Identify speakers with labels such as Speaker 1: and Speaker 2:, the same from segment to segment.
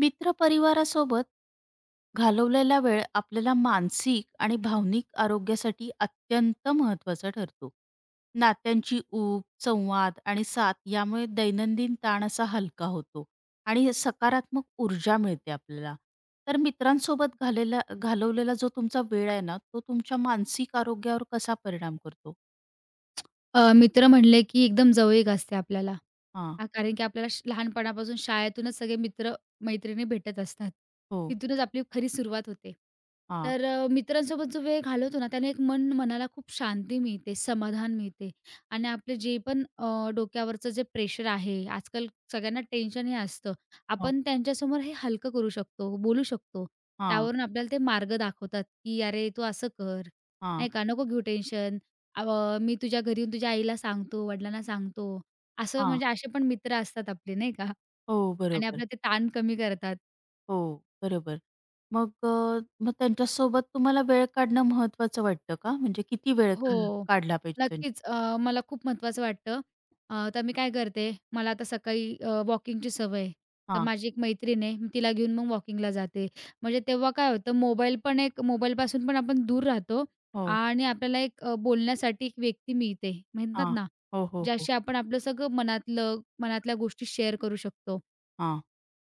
Speaker 1: मित्रपरिवारासोबत घालवलेला वेळ आपल्याला मानसिक आणि भावनिक आरोग्यासाठी अत्यंत महत्त्वाचा ठरतो. नात्यांची ऊब, संवाद आणि साथ यामुळे दैनंदिन ताण असा हलका होतो आणि सकारात्मक ऊर्जा मिळते आपल्याला. तर मित्रांसोबत घालवलेला जो तुमचा वेळ आहे ना, तो तुमच्या मानसिक आरोग्यावर कसा परिणाम करतो?
Speaker 2: मित्र म्हणले की एकदम जवळीक असते आपल्याला.
Speaker 1: हां.
Speaker 2: हां, कारण की आपल्याला लहानपणापासून शाळेतूनच सगळे मित्र-मैत्रिणी भेटत असतात.
Speaker 1: हो.
Speaker 2: तिथूनच आपली खरी सुरुवात होते.
Speaker 1: हां.
Speaker 2: तर मित्रांसोबत जो वेळ घालवतो ना, त्याने एक मन मनाला खूप शांती मिळते, समाधान मिळते आणि आपले जे पण डोक्यावरचं जे प्रेशर आहे, आजकाल सगळ्यांना टेन्शन हे असतं.
Speaker 1: हो.
Speaker 2: आपण त्यांच्यासमोर हे हलकं करू शकतो, बोलू शकतो.
Speaker 1: हां,
Speaker 2: त्यावरून आपल्याला ते मार्ग दाखवतात, की "अरे, तू असं कर,
Speaker 1: हां,
Speaker 2: नाही का, नको घेऊ टेन्शन. मी तुझ्या घरी येऊन तुझ्या आईला सांगतो, वडिलांना सांगतो." असं
Speaker 1: हां.
Speaker 2: म्हणजे असे पण मित्र असतात आपले नाही का
Speaker 1: हो,
Speaker 2: आणि
Speaker 1: बरोबर.
Speaker 2: आपलं ते ताण कमी करतात.
Speaker 1: हो, बरोबर. मग मग त्यांच्यासोबत तुम्हाला वेळ काढणं महत्वाचं वाटतं का? म्हणजे किती वेळ
Speaker 2: हो,
Speaker 1: काढला पाहिजे त्यांच्या?
Speaker 2: नक्कीच. मला खूप महत्त्वाचं वाटतं. तर मी काय करते, मला आता सकाळी वॉकिंगची सवय आहे. तर
Speaker 1: हां.
Speaker 2: माझी एक मैत्रीण आहे, मी तिला घेऊन मग वॉकिंगला जाते. म्हणजे तेव्हा काय होतं मोबाईल पण मोबाईलपासून पण आपण दूर राहतो
Speaker 1: हो.
Speaker 2: आणि आपल्याला एक बोलण्यासाठी एक व्यक्ती मिळते म्हणतात
Speaker 1: हां.
Speaker 2: ना,
Speaker 1: हो, हो, हो.
Speaker 2: ज्याशी आपण आपलं सगळं मनातल्या गोष्टी शेअर करू शकतो.
Speaker 1: हां.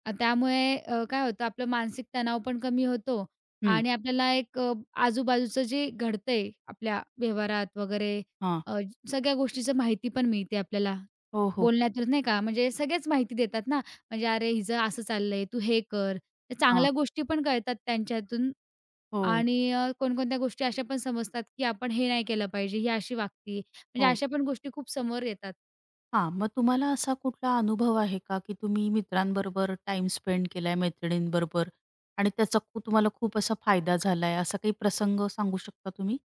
Speaker 2: त्यामुळे काय होतं आपलं मानसिक तणाव पण कमी होतो
Speaker 1: हं.
Speaker 2: आणि आपल्याला आजूबाजूचं जे घडतंय आपल्या व्यवहारात वगैरे
Speaker 1: हां.
Speaker 2: अ, सगळ्या गोष्टीचं माहिती पण मिळते आपल्याला.
Speaker 1: हो, हो, हो.
Speaker 2: बोलण्यातून नाही का, म्हणजे सगळेच माहिती देतात ना, म्हणजे "अरे हिचं असं चाललंय, तू हे कर." तर
Speaker 1: हां.
Speaker 2: चांगल्या गोष्टी पण कळतात त्यांच्यातून
Speaker 1: हो,
Speaker 2: आणि कोणकोणत्या गोष्टी अशा पण समजतात, की आपण हे नाही केलं पाहिजे, ही अशी वागते. म्हणजे
Speaker 1: हो.
Speaker 2: अशा पण गोष्टी खूप समोर येतात.
Speaker 1: हां. मग तुम्हाला असा कुठला अनुभव आहे का, की तुम्ही मित्रांबरोबर टाईम स्पेंड केलाय, मैत्रिणींबरोबर, आणि त्याचा तुम्हाला खूप असा फायदा झालाय, असा काही प्रसंग सांगू शकता तुम्ही?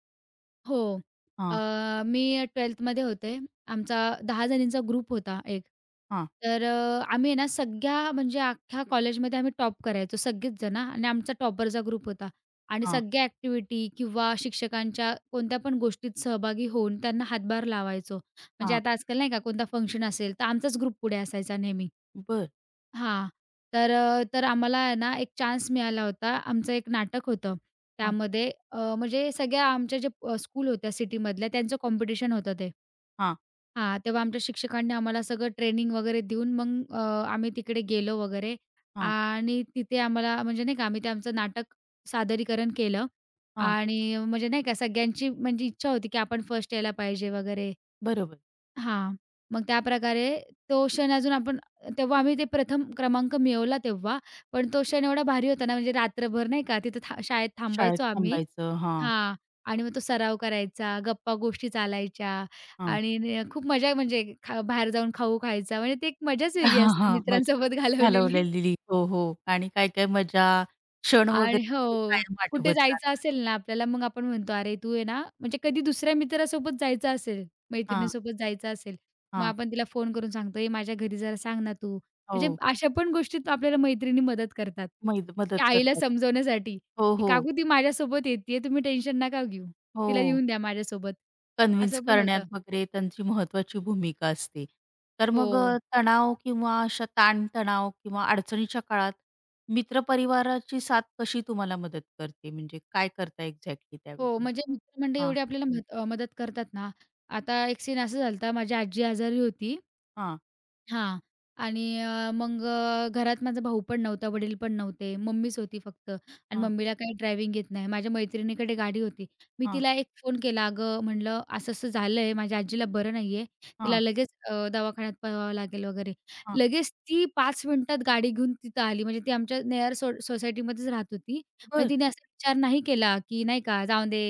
Speaker 2: हो. अ,
Speaker 1: हां,
Speaker 2: मी 12thमध्ये होते. आमचा 10 जणींचा ग्रुप होता एक.
Speaker 1: हां,
Speaker 2: तर आम्ही आहे ना सगळ्या म्हणजे अख्ख्या कॉलेजमध्ये आम्ही टॉप करायचो सगळेच जण हां आणि आमचा टॉपरचा ग्रुप होता. आणि
Speaker 1: हां,
Speaker 2: सगळ्या ॲक्टिव्हिटी किंवा शिक्षकांच्या कोणत्या पण गोष्टीत सहभागी होऊन त्यांना हातभार लावायचो. म्हणजे
Speaker 1: हां.
Speaker 2: आता आजकाल नाही का कोणता फंक्शन असेल, तर आमचाच ग्रुप पुढे असायचा नेहमी.
Speaker 1: बरं.
Speaker 2: हां. तर आम्हाला आहे ना, एक चान्स मिळाला होता. आमचं एक नाटक होतं.
Speaker 1: हां,
Speaker 2: त्यामध्ये म्हणजे सगळ्या आमच्या जे स्कूल होत्या सिटीमधल्या त्यांचं कॉम्पिटिशन होतं ते.
Speaker 1: हां,
Speaker 2: हां, तेव्हा आमच्या शिक्षकांनी आम्हाला सगळं ट्रेनिंग वगैरे देऊन मग आम्ही तिकडे गेलो वगैरे
Speaker 1: हां,
Speaker 2: आणि तिथे आम्हाला म्हणजे नाही का आम्ही ते आमचं नाटक सादरीकरण केलं
Speaker 1: हां.
Speaker 2: आणि म्हणजे नाही का सगळ्यांची म्हणजे इच्छा होती, की आपण फर्स्ट यायला पाहिजे वगैरे.
Speaker 1: बरोबर.
Speaker 2: हां. मग त्याप्रकारे तो क्षण अजून आपण तेव्हा आम्ही ते प्रथम क्रमांक मिळवला तेव्हा. पण तो क्षण एवढा भारी होता ना, म्हणजे रात्रभर नाही का तिथं शाळेत
Speaker 1: शाळेत
Speaker 2: थांबायचो आम्ही
Speaker 1: थांबायचं. हां.
Speaker 2: हां. आणि मग तो सराव करायचा, गप्पा-गोष्टी चालायच्या आणि खूप मजा म्हणजे बाहेर जाऊन खायचा. म्हणजे ती एक मजाच वेगळी
Speaker 1: हां,
Speaker 2: असते
Speaker 1: हां. मजा
Speaker 2: मित्रांसोबत घालवलेली.
Speaker 1: घालवलेली. हो, हो. आणि काय-काय मजा, क्षण
Speaker 2: आणि
Speaker 1: वगैरे
Speaker 2: हो.
Speaker 1: कायम
Speaker 2: कुठे
Speaker 1: आठवत
Speaker 2: जायचं
Speaker 1: राहतात.
Speaker 2: असेल ना आपल्याला, मग आपण म्हणतो, "अरे, तू आहे ना" म्हणजे कधी दुसऱ्या मित्रासोबत जायचं असेल,
Speaker 1: हां,
Speaker 2: मैत्रिणीसोबत जायचं असेल, मग
Speaker 1: हां.
Speaker 2: आपण तिला फोन करून सांगतो, "ए, माझ्या घरी जरा सांग ना तू." म्हणजे
Speaker 1: हो.
Speaker 2: अशा पण गोष्टीत आपल्याला मैत्रिणी मदत करतात, की
Speaker 1: मदत
Speaker 2: आईला
Speaker 1: करतात.
Speaker 2: समजवण्यासाठी,
Speaker 1: हो,
Speaker 2: की
Speaker 1: हो.
Speaker 2: "काकू ती माझ्यासोबत येतीये, तुम्ही टेन्शन नका घेऊ. तिला
Speaker 1: हो.
Speaker 2: येऊन द्या माझ्यासोबत."
Speaker 1: कन्व्हिन्स
Speaker 2: असं पण
Speaker 1: करण्यात
Speaker 2: होतं.
Speaker 1: वगैरे त्यांची महत्त्वाची भूमिका असते. तर
Speaker 2: हो.
Speaker 1: मग तणाव किंवा अशा ताणतणाव किंवा अडचणीच्या काळात मित्रपरिवाराची साथ कशी तुम्हाला मदत करते? म्हणजे काय करता एक्झॅक्टली त्यावेळी
Speaker 2: हो,
Speaker 1: तुम्ही?
Speaker 2: म्हणजे मित्रमंडळी
Speaker 1: हां,
Speaker 2: एवढी आपल्याला मदत करतात ना. आता एक सीन असं झालं माझी आजी आजारी होती
Speaker 1: हां,
Speaker 2: हां. आणि मग घरात माझा भाऊ पण नव्हता, वडील पण नव्हते. मम्मीच होती फक्त आणि
Speaker 1: हां,
Speaker 2: मम्मीला काही ड्रायव्हिंग येत नाही. माझ्या मैत्रिणीकडे गाडी होती. मी
Speaker 1: हां,
Speaker 2: तिला एक फोन केला, "अगं," म्हणलं, "असं-असं झालंय. माझ्या आजीला बरं नाहीये. तिला
Speaker 1: हां,
Speaker 2: लगेच दवाखान्यात पळवावं लागेल वगैरे."
Speaker 1: हां.
Speaker 2: लगेच ती 5 मिनिटात गाडी घेऊन तिथं आली. म्हणजे ती आमच्या नेअर सो सोसायटीमध्येच राहत होती. मग
Speaker 1: बरं.
Speaker 2: तिने असा विचार नाही केला, की नाही का, "जाऊ दे,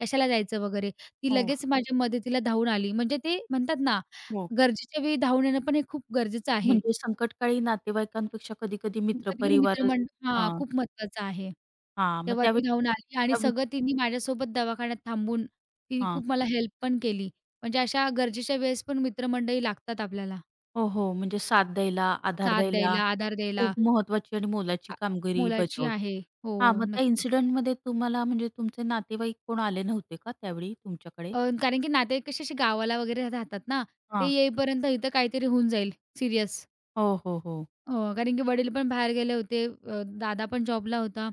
Speaker 2: कशाला जायचं?" वगैरे. ती
Speaker 1: हो,
Speaker 2: लगेच माझ्या मदतीला धावून आली. म्हणजे ते म्हणतात ना
Speaker 1: हो.
Speaker 2: गरजेच्या वेळी धावून येणं पण हे खूप गरजेचं आहे.
Speaker 1: म्हणजे संकटकाळी नातेवाईकांपेक्षा कधी-कधी
Speaker 2: कधी-कधी
Speaker 1: मित्रपरिवारच.
Speaker 2: मित्रमंडळ हां,
Speaker 1: हां,
Speaker 2: खूप महत्वाचं आहे.
Speaker 1: हां. मग
Speaker 2: तेव्हा
Speaker 1: त्यावेळी
Speaker 2: ती धावून आली आणि
Speaker 1: त्यावेळी
Speaker 2: सगळं तिने माझ्यासोबत दवाखान्यात थांबून तिने
Speaker 1: हां.
Speaker 2: खूप मला हेल्प पण केली. म्हणजे अशा गरजेच्या वेळेस पण मित्रमंडळी लागतात आपल्याला
Speaker 1: हो, हो. म्हणजे साथ द्यायला, आधार
Speaker 2: साथ
Speaker 1: द्यायला
Speaker 2: द्यायला, आधार द्यायला.
Speaker 1: खूप महत्त्वाची आणि मोलाची
Speaker 2: आ
Speaker 1: कामगिरी
Speaker 2: मोलाची
Speaker 1: बजावतो.
Speaker 2: आहे. हो,
Speaker 1: हां, मग त्या
Speaker 2: नक्कीच.
Speaker 1: इन्सिडेंटमध्ये तुम्हाला म्हणजे तुमचे नातेवाईक कोण आले नव्हते का त्यावेळी तुमच्याकडे?
Speaker 2: कारण की नातेवाईक कसे असे गावाला वगैरे राहतात ना, ते
Speaker 1: हां.
Speaker 2: येईपर्यंत इथं काहीतरी होऊन जाईल सीरियस.
Speaker 1: हो, हो, हो.
Speaker 2: हो, कारण की वडील पण बाहेर गेले होते. दादा पण जॉबला होता.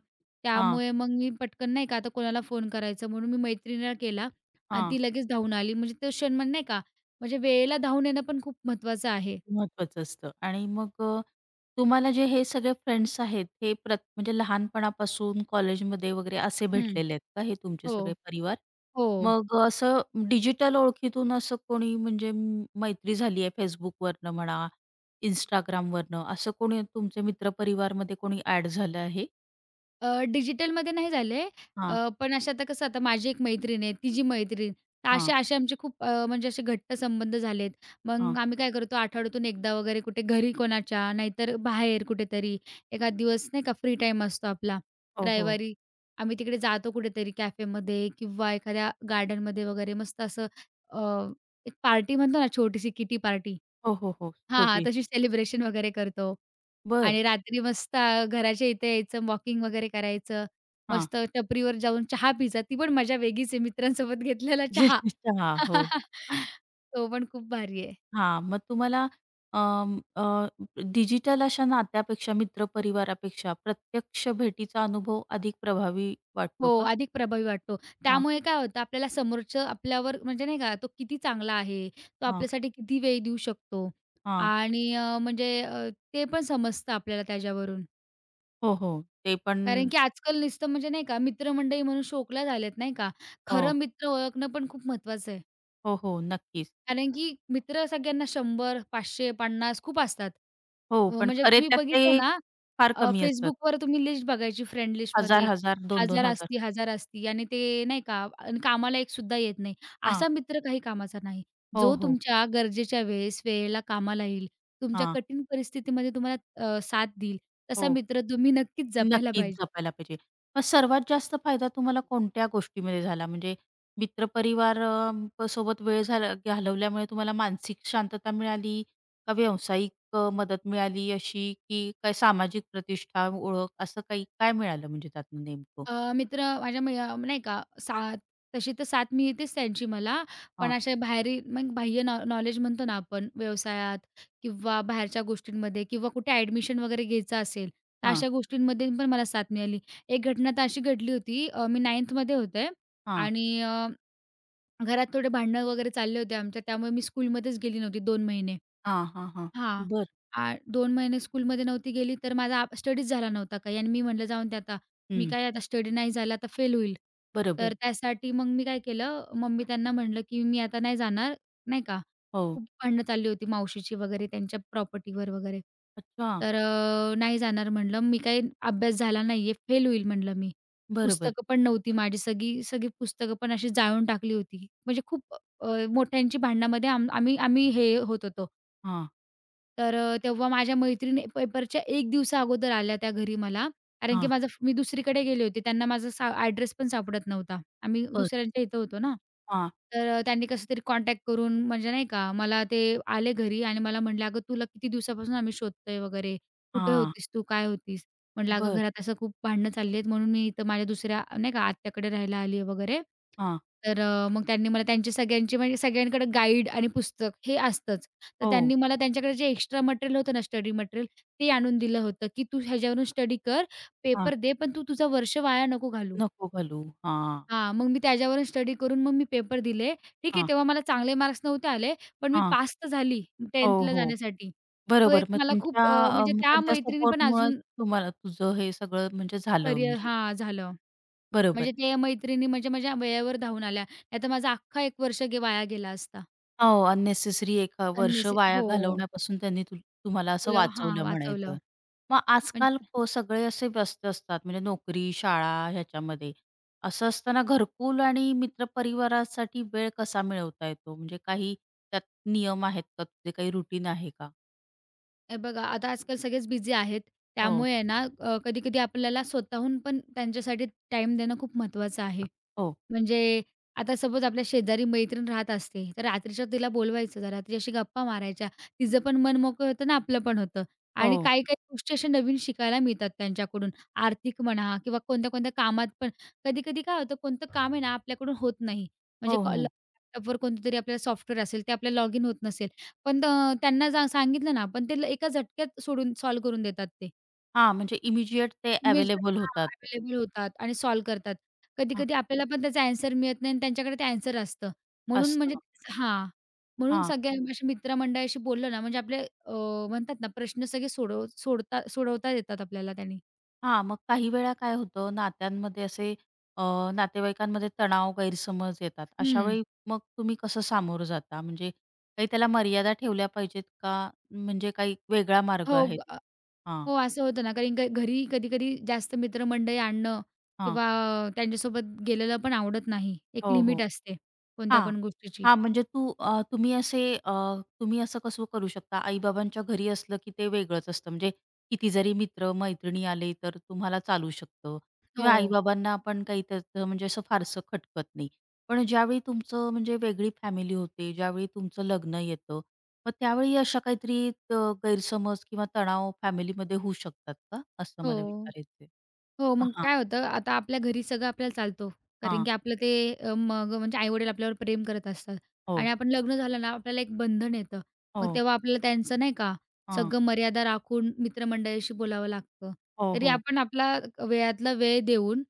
Speaker 1: हां,
Speaker 2: त्यामुळे मग मी पटकन नाही का आता कोणाला फोन करायचं म्हणून मी मैत्रिणीला केला आणि
Speaker 1: हां.
Speaker 2: ती लगेच धावून आली. म्हणजे तो क्षण म्हणजे नाही का म्हणजे वेळेला धावून येणं पण खूप महत्त्वाचं आहे.
Speaker 1: महत्वाचं असतं. आणि मग तुम्हाला जे हे सगळे फ्रेंड्स आहेत, हे म्हणजे लहानपणापासून कॉलेजमध्ये वगैरे असे
Speaker 2: हं.
Speaker 1: भेटलेले आहेत का हे तुमचे
Speaker 2: हो,
Speaker 1: सगळे परिवार?
Speaker 2: हो.
Speaker 1: मग असं डिजिटल ओळखीतून असं कोणी म्हणजे मैत्री झाली आहे Facebookवरनं म्हणा, Instagramवरनं असं कोणी, तुमच्या मित्रपरिवारमध्ये कोणी ॲड झालं आहे?
Speaker 2: डिजिटलमध्ये नाही झाले.
Speaker 1: हां,
Speaker 2: पण अशा आता कसं आता माझी एक मैत्रीण आहे, तिची मैत्रीण. तर असे
Speaker 1: हां,
Speaker 2: असे आमचे खूप म्हणजे असे घट्ट संबंध झालेत.
Speaker 1: हां.
Speaker 2: मग आम्ही काय करतो आठवड्यातून एकदा वगैरे कुठे घरी कोणाच्या, नाहीतर बाहेर कुठेतरी. एखाद दिवस नाही का फ्री टाईम असतो आपला
Speaker 1: हो, हो.
Speaker 2: रविवारी. आम्ही तिकडे जातो कुठेतरी कॅफेमध्ये किंवा एखाद्या गार्डनमध्ये वगैरे मस्त असं अ, एक पार्टी म्हणतो ना छोटीशी किटी पार्टी
Speaker 1: हो, हो, हो.
Speaker 2: हां, हां.
Speaker 1: छोटी.
Speaker 2: तशी सेलिब्रेशन वगैरे करतो
Speaker 1: बरं.
Speaker 2: आणि रात्री मस्त घराच्या इथे यायचं, वॉकिंग वगैरे करायचं.
Speaker 1: हां.
Speaker 2: मस्त टपरीवर जाऊन चहा प्यायचा. ती पण मजा वेगळीच आहे मित्रांसोबत घेतलेला चहा.
Speaker 1: चहा. हो.
Speaker 2: तो पण खूप भारी आहे.
Speaker 1: हां, मग तुम्हाला अं, अ, डिजिटल अशा नात्यापेक्षा, मित्रपरिवारापेक्षा प्रत्यक्ष भेटीचा अनुभव अधिक प्रभावी
Speaker 2: हो,
Speaker 1: वाटतो का?
Speaker 2: अधिक प्रभावी वाटतो.
Speaker 1: हां,
Speaker 2: त्यामुळे काय होतं आपल्याला समोरचं आपल्यावर म्हणजे नाही का, तो किती चांगला आहे, तो
Speaker 1: हां,
Speaker 2: आपल्यासाठी किती वेळ देऊ शकतो
Speaker 1: हां.
Speaker 2: आणि म्हणजे ते पण समजतं आपल्याला त्याच्यावरून.
Speaker 1: हो, हो. ते पण.
Speaker 2: कारण की आजकाल नुसतं म्हणजे नाही का मित्रमंडळी म्हणून शोकला झालेत नाही का. खरं
Speaker 1: हो,
Speaker 2: मित्र ओळखणं पण खूप महत्वाचं आहे.
Speaker 1: हो, हो. नक्कीच.
Speaker 2: कारण की मित्र सगळ्यांना 100, 500, 50 खूप असतात.
Speaker 1: हो, पण
Speaker 2: म्हणजे
Speaker 1: खरे
Speaker 2: तुम्ही बघितलं
Speaker 1: त्यातले
Speaker 2: ना
Speaker 1: फार कमी असतात.
Speaker 2: Facebookवर तुम्ही लिस्ट बघायची फ्रेंड लिस्टमध्ये
Speaker 1: 1000-1000,
Speaker 2: 1000
Speaker 1: दोन-दोन हजार.
Speaker 2: असती, 1000 असती आणि ते नाही का आणि कामाला एक सुद्धा येत नाही.
Speaker 1: हां.
Speaker 2: असा मित्र काही कामाचा नाही.
Speaker 1: हो,
Speaker 2: जो
Speaker 1: हो.
Speaker 2: तुमच्या गरजेच्या वेळेस, वेळेला कामाला येईल, तुमच्या
Speaker 1: हां.
Speaker 2: कठीण परिस्थितीमध्ये तुम्हाला साथ देईल, तसा
Speaker 1: हो.
Speaker 2: मित्र तुम्ही नक्कीच जपायला
Speaker 1: नक्कीच
Speaker 2: पाहिजे.
Speaker 1: जपायला पाहिजे. मग सर्वात जास्त फायदा तुम्हाला कोणत्या गोष्टीमध्ये झाला? म्हणजे मित्रपरिवार ब सोबत वेळ झाला घालवल्यामुळे तुम्हाला मानसिक शांतता मिळाली, का व्यावसायिक मदत मिळाली अशी, की काय सामाजिक प्रतिष्ठा, ओळख असं काही काय मिळालं म्हणजे त्यातनं नेमकं?
Speaker 2: अ, मित्र माझ्या मी अ, नाही का साथ तशी तर साथ मिळतेच त्यांची मला. पण
Speaker 1: हां,
Speaker 2: अशा बाहेरी मग बाह्य नॉलेज म्हणतो ना आपण व्यवसायात किंवा बाहेरच्या गोष्टींमध्ये किंवा कुठे ॲडमिशन वगैरे घ्यायचं असेल, तर
Speaker 1: हां,
Speaker 2: अशा गोष्टींमध्ये पण मला साथ मिळाली. एक घटना तर अशी घडली होती मी 9थमध्ये होते
Speaker 1: हां,
Speaker 2: आणि घरात थोडे भांडणं वगैरे चालले होते आमच्या, त्यामुळे मी स्कूलमध्येच गेली नव्हती 2 महिने.
Speaker 1: हां, हां, हां.
Speaker 2: हां.
Speaker 1: बरं.
Speaker 2: आ 2 महिने स्कूलमध्ये नव्हती गेली, तर माझा स्टडीच झाला नव्हता काही आणि मी म्हटलं जाऊन दे आता, मी
Speaker 1: हं.
Speaker 2: काय आता स्टडी नाही झाला तर फेल होईल. तर
Speaker 1: बरोबर.
Speaker 2: त्यासाठी मग मी काय केलं, मम्मी त्यांना म्हटलं, की "मी आता नाही जाणार." नाही का,
Speaker 1: हो.
Speaker 2: खूप भांडणं चालली होती मावशीची वगैरे त्यांच्या प्रॉपर्टीवर वगैरे.
Speaker 1: अच्छा.
Speaker 2: तर "नाही जाणार" म्हटलं, "मी काही अभ्यास झाला नाहीये, फेल होईल" म्हटलं मी.
Speaker 1: बरोबर.
Speaker 2: पुस्तकं पण नव्हती माझी, सगळी सगळी पुस्तकं पण अशी जाळून टाकली होती. म्हणजे खूप मोठ्यांची भांडणामध्ये आम आम्ही आम्ही हे होत होतो.
Speaker 1: हां,
Speaker 2: तर तेव्हा माझ्या मैत्रिणी पेपरच्या 1 दिवसाअगोदर आल्या त्या घरी मला. कारण की
Speaker 1: हां.
Speaker 2: माझा मी दुसरीकडे गेले होते. त्यांना माझा ॲड्रेस पण सापडत नव्हता. आम्ही
Speaker 1: बरं.
Speaker 2: दुसऱ्यांच्या इथं होतो ना.
Speaker 1: हां,
Speaker 2: तर त्यांनी कसं तरी कॉन्टॅक्ट करून म्हणजे नाही का मला ते आले घरी आणि मला म्हटले, "अगं तुला किती दिवसापासून आम्ही शोधतोय वगैरे. कुठे
Speaker 1: हां.
Speaker 2: होतीस तू? काय होतीस?" म्हटलं, "अगं
Speaker 1: बरं.
Speaker 2: घरात असं खूप भांडणं चालली आहेत म्हणून मी इथं माझ्या दुसऱ्या नाही का आत्याकडे राहायला आली वगैरे."
Speaker 1: हां.
Speaker 2: तर मग त्यांनी मला त्यांची सगळ्यांची म्हणजे सगळ्यांकडे गाईड आणि पुस्तक हे असतंच. तर
Speaker 1: हो.
Speaker 2: त्यांनी मला त्यांच्याकडे जे एक्स्ट्रा मटेरियल होतं ना, स्टडी मटेरियल ते आणून दिलं होतं, की "तू ह्याच्यावरून स्टडी कर,
Speaker 1: हां.
Speaker 2: पेपर दे, पण तू तुझं वर्ष वाया नको घालू."
Speaker 1: नको घालू. हां,
Speaker 2: हां, मग मी त्याच्यावरून स्टडी करून मग मी पेपर दिले. ठीक आहे,
Speaker 1: हां.
Speaker 2: तेव्हा मला चांगले मार्क्स नव्हते आले, पण मी
Speaker 1: हां.
Speaker 2: पास तर झाली
Speaker 1: हो,
Speaker 2: 10thला
Speaker 1: हो.
Speaker 2: जाण्यासाठी. तो एक
Speaker 1: बरोबर. मग
Speaker 2: मला
Speaker 1: तुमच्या
Speaker 2: खूप म्हणजे
Speaker 1: मग
Speaker 2: त्या
Speaker 1: त्यांच्या
Speaker 2: मैत्रिणी पण
Speaker 1: सपोर्टमुळं
Speaker 2: अजून
Speaker 1: तुम्हाला तुझं हे सगळं म्हणजे झालं
Speaker 2: करियर
Speaker 1: म्हणजे.
Speaker 2: हां, झालं.
Speaker 1: बरोबर.
Speaker 2: म्हणजे त्या मैत्रिणी म्हणजे माझ्या वेळेवर धावून आल्या. नाहीतर माझा अख्खा 1 वर्ष वाया गेला असता.
Speaker 1: हो, अननेसेसरी एक वर्ष वाया
Speaker 2: हो,
Speaker 1: घालवण्यापासून त्यांनी तुम्हाला असं
Speaker 2: तुला हां,
Speaker 1: वाचवलं म्हणायचं.
Speaker 2: वाचवलं.
Speaker 1: मग
Speaker 2: पण
Speaker 1: आजकाल सगळे असे व्यस्त असतात म्हणजे नोकरी, शाळा ह्याच्यामध्ये. असं असताना घरकुल आणि मित्रपरिवारासाठी वेळ कसा मिळवता येतो? म्हणजे काही त्यात नियम आहेत का तुझे? काही रुटीन आहे का?
Speaker 2: हे बघा, आता आजकाल सगळेच बिझी आहेत.
Speaker 1: हो,
Speaker 2: त्यामुळे आहे ना, कधी-कधी आपल्याला स्वतःहून पण त्यांच्यासाठी टाइम देणं खूप महत्त्वाचं आहे.
Speaker 1: हो,
Speaker 2: म्हणजे आता सपोज आपल्या शेजारी मैत्रीण राहत असते, तर रात्रीच्या तिला बोलवायचं जरा तिच्याशी गप्पा मारायच्या. तिचं पण मन मोकळं होतं आणि आपलं पण होतं. आणि
Speaker 1: हो.
Speaker 2: काही-काही गोष्टी अशा नवीन शिकायला मिळतात त्यांच्याकडून. आर्थिक म्हणा किंवा कोणत्या-कोणत्या कामात पण. कधी-कधी काय होतं कोणतं काम आहे ना आपल्याकडून होत नाही. म्हणजे
Speaker 1: हो, हो.
Speaker 2: लॅपटॉपवर कोणतं तरी आपल्याला सॉफ्टवेअर असेल ते आपल्याला लॉगिन होत नसेल. पण त्यांना जा सांगितलं ना, पण ते एका झटक्यात सोडून सॉल्व्ह करून देतात ते.
Speaker 1: हां, म्हणजे इमिजिएट ते
Speaker 2: इमेजेस
Speaker 1: अवेलेबल
Speaker 2: हां,
Speaker 1: होतात.
Speaker 2: अवेलेबल होतात आणि सॉल्व्ह करतात.
Speaker 1: हां,
Speaker 2: कधी-कधी आपल्याला पण त्याचा ॲन्सर मिळत नाही आणि त्यांच्याकडे ते ॲन्सर असतं. म्हणून म्हणजे
Speaker 1: असतं.
Speaker 2: हां, म्हणून
Speaker 1: हां.
Speaker 2: सगळ्या अशा मित्रमंडळाशी बोललं ना, म्हणजे आपले अ, म्हणतात ना, प्रश्न सगळे सोडता सोडवता येतात आपल्याला त्याने.
Speaker 1: हां, मग काही वेळा काय होतं नात्यांमध्ये असे अ, नातेवाईकांमध्ये तणाव, गैरसमज येतात. अशा
Speaker 2: हं.
Speaker 1: वेळी मग तुम्ही कसं सामोरं जाता? म्हणजे काही त्याला मर्यादा ठेवल्या पाहिजेत का? म्हणजे काही वेगळा मार्ग
Speaker 2: हो,
Speaker 1: आहे?
Speaker 2: ग अ,
Speaker 1: हां,
Speaker 2: हो, असं होतं ना, कारण घरी कधी-कधी जास्त मित्रमंडळी आणणं
Speaker 1: हां.
Speaker 2: किंवा त्यांच्यासोबत गेलेलं पण आवडत नाही. एक
Speaker 1: हो, हो.
Speaker 2: लिमिट असते कोणत्या
Speaker 1: हां.
Speaker 2: पण गोष्टीची.
Speaker 1: हां, म्हणजे तुम्ही तुम्ही असं कसं करू शकता? आई-बाबांच्या घरी असलं की ते वेगळंच असतं. म्हणजे किती जरी मित्र-मैत्रिणी आले तर तुम्हाला चालू शकतं,
Speaker 2: हो,
Speaker 1: किंवा आई-बाबांना आपण काही त्याचं म्हणजे असं फारसं खटकत नाही. पण ज्यावेळी तुमचं म्हणजे वेगळी फॅमिली होते, ज्यावेळी तुमचं लग्न येतं, मग त्यावेळी अशा काहीतरी अ, गैरसमज किंवा तणाव फॅमिलीमध्ये होऊ शकतात का? असं मला
Speaker 2: हो.
Speaker 1: विचारायचंय.
Speaker 2: हो,
Speaker 1: हां,
Speaker 2: मग
Speaker 1: हां.
Speaker 2: काय होतं आता आपल्या घरी सगळं आपल्याला चालतो. कारण
Speaker 1: हां.
Speaker 2: की आपलं ते अ, मग म्हणजे आई-वडील आपल्यावर प्रेम करत असतात आणि
Speaker 1: हो,
Speaker 2: आपण लग्न झालं ना, आपल्याला एक बंधन येतं. मग
Speaker 1: हो.
Speaker 2: तेव्हा आपल्याला त्यांचं नाही का,
Speaker 1: हां.
Speaker 2: सगळं मर्यादा राखून मित्रमंडळीशी बोलावं लागतं.
Speaker 1: हो,
Speaker 2: तरी
Speaker 1: हो.
Speaker 2: आपण आपला वेळातला वेळ देऊन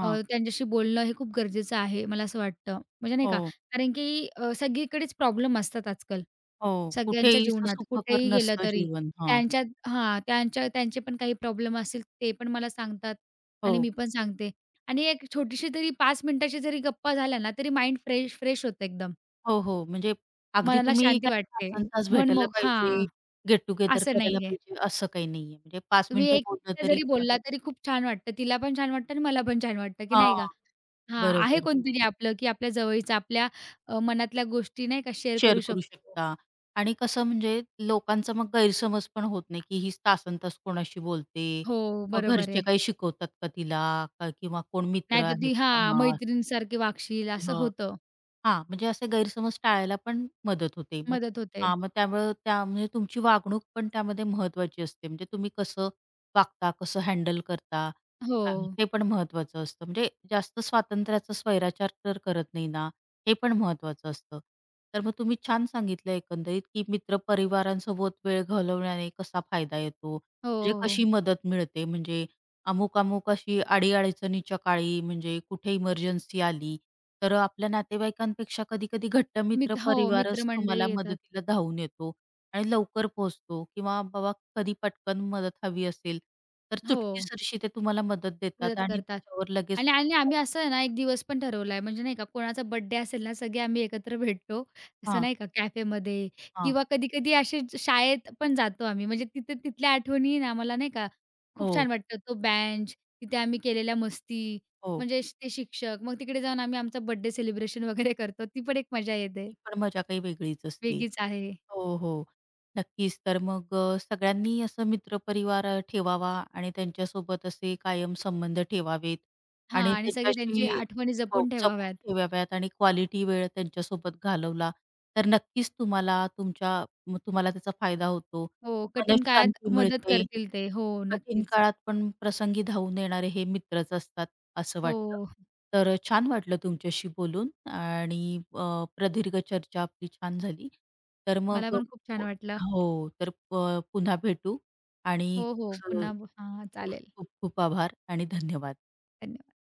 Speaker 2: त्यांच्याशी बोलणं हे खूप गरजेचं आहे, मला असं वाटतं. म्हणजे नाही का,
Speaker 1: हो.
Speaker 2: कारण की सगळीकडेच प्रॉब्लेम असतात आजकाल.
Speaker 1: हो,
Speaker 2: सगळ्यांच्या
Speaker 1: कुठेही
Speaker 2: जीवनात
Speaker 1: सुखकर
Speaker 2: कुठेही गेलं
Speaker 1: नसतं
Speaker 2: तरी.
Speaker 1: जीवन. हां.
Speaker 2: त्यांच्यात हां, त्यांच्या त्यांचे पण काही प्रॉब्लेम असतील ते पण मला सांगतात आणि मी
Speaker 1: हो,
Speaker 2: पण सांगते. आणि एक छोटीशी तरी 5 मिनिटाची जरी गप्पा झाल्या ना, तरी माइंड फ्रेश फ्रेश होतं एकदम.
Speaker 1: हो, हो. म्हणजे अगदी
Speaker 2: मनाला
Speaker 1: तुम्ही
Speaker 2: शांती
Speaker 1: काय
Speaker 2: वाटते.
Speaker 1: तासंतास
Speaker 2: मन
Speaker 1: भेटायला
Speaker 2: मोग
Speaker 1: पाहिजे,
Speaker 2: हां,
Speaker 1: गेट टुगेदर
Speaker 2: असं
Speaker 1: करायला
Speaker 2: नाहीये.
Speaker 1: पाहिजे असं काही नाहीये. म्हणजे 5
Speaker 2: तुम्ही
Speaker 1: मिनिटं
Speaker 2: 1
Speaker 1: बोललं
Speaker 2: मिनिट
Speaker 1: तरी.
Speaker 2: जरी बोलला तरी खूप छान वाटतं. तिला पण छान वाटतं आणि मला पण छान वाटतं, की नाही
Speaker 1: हां,
Speaker 2: का? हां, आहे
Speaker 1: बरोबर.
Speaker 2: कोणतरी आपलं, की आपल्या जवळचं आपल्या मनातल्या गोष्टी नाही का शेअर
Speaker 1: शेअर
Speaker 2: करू
Speaker 1: करू
Speaker 2: शकतो.
Speaker 1: शकता. आणि कसं म्हणजे लोकांचा मग गैरसमज पण होत नाही, की ही तासंतास कोणाशी बोलते.
Speaker 2: हो,
Speaker 1: मग
Speaker 2: बरोबर
Speaker 1: घरचे
Speaker 2: आहे.
Speaker 1: काही शिकवतात का तिला? का किंवा कोण मित्र
Speaker 2: नाहीतर ती
Speaker 1: आहेत
Speaker 2: हां,
Speaker 1: का?
Speaker 2: मैत्रिणीसारखी वागशील असं
Speaker 1: हां.
Speaker 2: होतं.
Speaker 1: हां, म्हणजे असे गैरसमज टाळायला पण मदत होते. मग
Speaker 2: मदत होते.
Speaker 1: हां, मग त्यामुळं त्या म्हणजे तुमची वागणूक पण त्यामध्ये महत्त्वाची असते. म्हणजे तुम्ही कसं वागता, कसं हँडल करता,
Speaker 2: हो.
Speaker 1: अ, ते पण महत्त्वाचं असतं. म्हणजे जास्त स्वातंत्र्याचा स्वैराचार तर करत नाही ना, हे पण महत्त्वाचं असतं. तर मग तुम्ही छान सांगितलं एकंदरीत, की मित्रपरिवारांसोबत वेळ घालवण्याने कसा फायदा येतो,
Speaker 2: हो,
Speaker 1: म्हणजे
Speaker 2: हो,
Speaker 1: कशी
Speaker 2: हो.
Speaker 1: मदत मिळते, म्हणजे अमुक, अमुक अशी अडी-अडचणीच्या काळी म्हणजे कुठे इमर्जन्सी आली, तर आपल्या नातेवाईकांपेक्षा कधी-कधी घट्ट मित्र
Speaker 2: हो,
Speaker 1: परिवारच
Speaker 2: मित्रमंडळी
Speaker 1: तुम्हाला
Speaker 2: येतात.
Speaker 1: मदतीला धावून येतो आणि लवकर पोहोचतो. किंवा बाबा कधी पटकन मदत हवी असेल, तर
Speaker 2: हो,
Speaker 1: चुटकीसरशी ते तुम्हाला मदत देतात
Speaker 2: मदत
Speaker 1: आणि
Speaker 2: करतात.
Speaker 1: त्याच्यावर लगेच.
Speaker 2: आणि आणि आम्ही असं आहे ना, एक दिवस पण ठरवलाय म्हणजे नाही का कोणाचा बर्थडे असेल ना, सगळे आम्ही एकत्र भेटतो. असं
Speaker 1: हां,
Speaker 2: नाही का कॅफेमध्ये
Speaker 1: हां.
Speaker 2: किंवा कधी-कधी असे शाळेत पण जातो आम्ही. म्हणजे तिथे तिथल्या आठवणी ना मला नाही का खूप
Speaker 1: हो,
Speaker 2: छान वाटतं. तो बेंच, तिथे आम्ही केलेल्या मस्ती,
Speaker 1: हो.
Speaker 2: म्हणजे ते शिक्षक. मग तिकडे जाऊन आम्ही आमचा बर्थडे सेलिब्रेशन वगैरे करतो. ती पण एक मजा येते.
Speaker 1: ती पण मजा काही वेगळीच असते.
Speaker 2: वेगळीच आहे.
Speaker 1: हो, हो. नक्कीच. तर मग सगळ्यांनी असं मित्रपरिवार ठेवावा आणि त्यांच्यासोबत असे कायम संबंध ठेवावेत.
Speaker 2: हां
Speaker 1: आणि
Speaker 2: आणि सगळे
Speaker 1: त्यांच्याशी
Speaker 2: त्यांची आठवणी
Speaker 1: हो,
Speaker 2: जपून
Speaker 1: जपून
Speaker 2: ठेवाव्यात.
Speaker 1: ठेवाव्यात आणि क्वालिटी वेळ त्यांच्यासोबत घालवला, तर नक्कीच तुम्हाला तुमच्या तुम्हाला त्याचा फायदा होतो.
Speaker 2: हो, कठीण काळात
Speaker 1: मनःशांती
Speaker 2: मदत
Speaker 1: मिळते.
Speaker 2: करतील ते. हो,
Speaker 1: कठीण
Speaker 2: नक्कीच.
Speaker 1: काळात पण प्रसंगी धावून येणारे हे मित्रच असतात, असं वाटतं.
Speaker 2: हो,
Speaker 1: तर छान वाटलं तुमच्याशी बोलून आणि प्रदीर्घ चर्चा आपली छान झाली. तर
Speaker 2: मला
Speaker 1: मग
Speaker 2: पण खूप छान
Speaker 1: हो,
Speaker 2: वाटलं.
Speaker 1: हो, तर पुन्हा भेटू आणि
Speaker 2: हो, हो.
Speaker 1: अ,
Speaker 2: पुन्हा हां,
Speaker 1: खूप
Speaker 2: चालेल.
Speaker 1: खूप खूप आभार आणि धन्यवाद.
Speaker 2: धन्यवाद.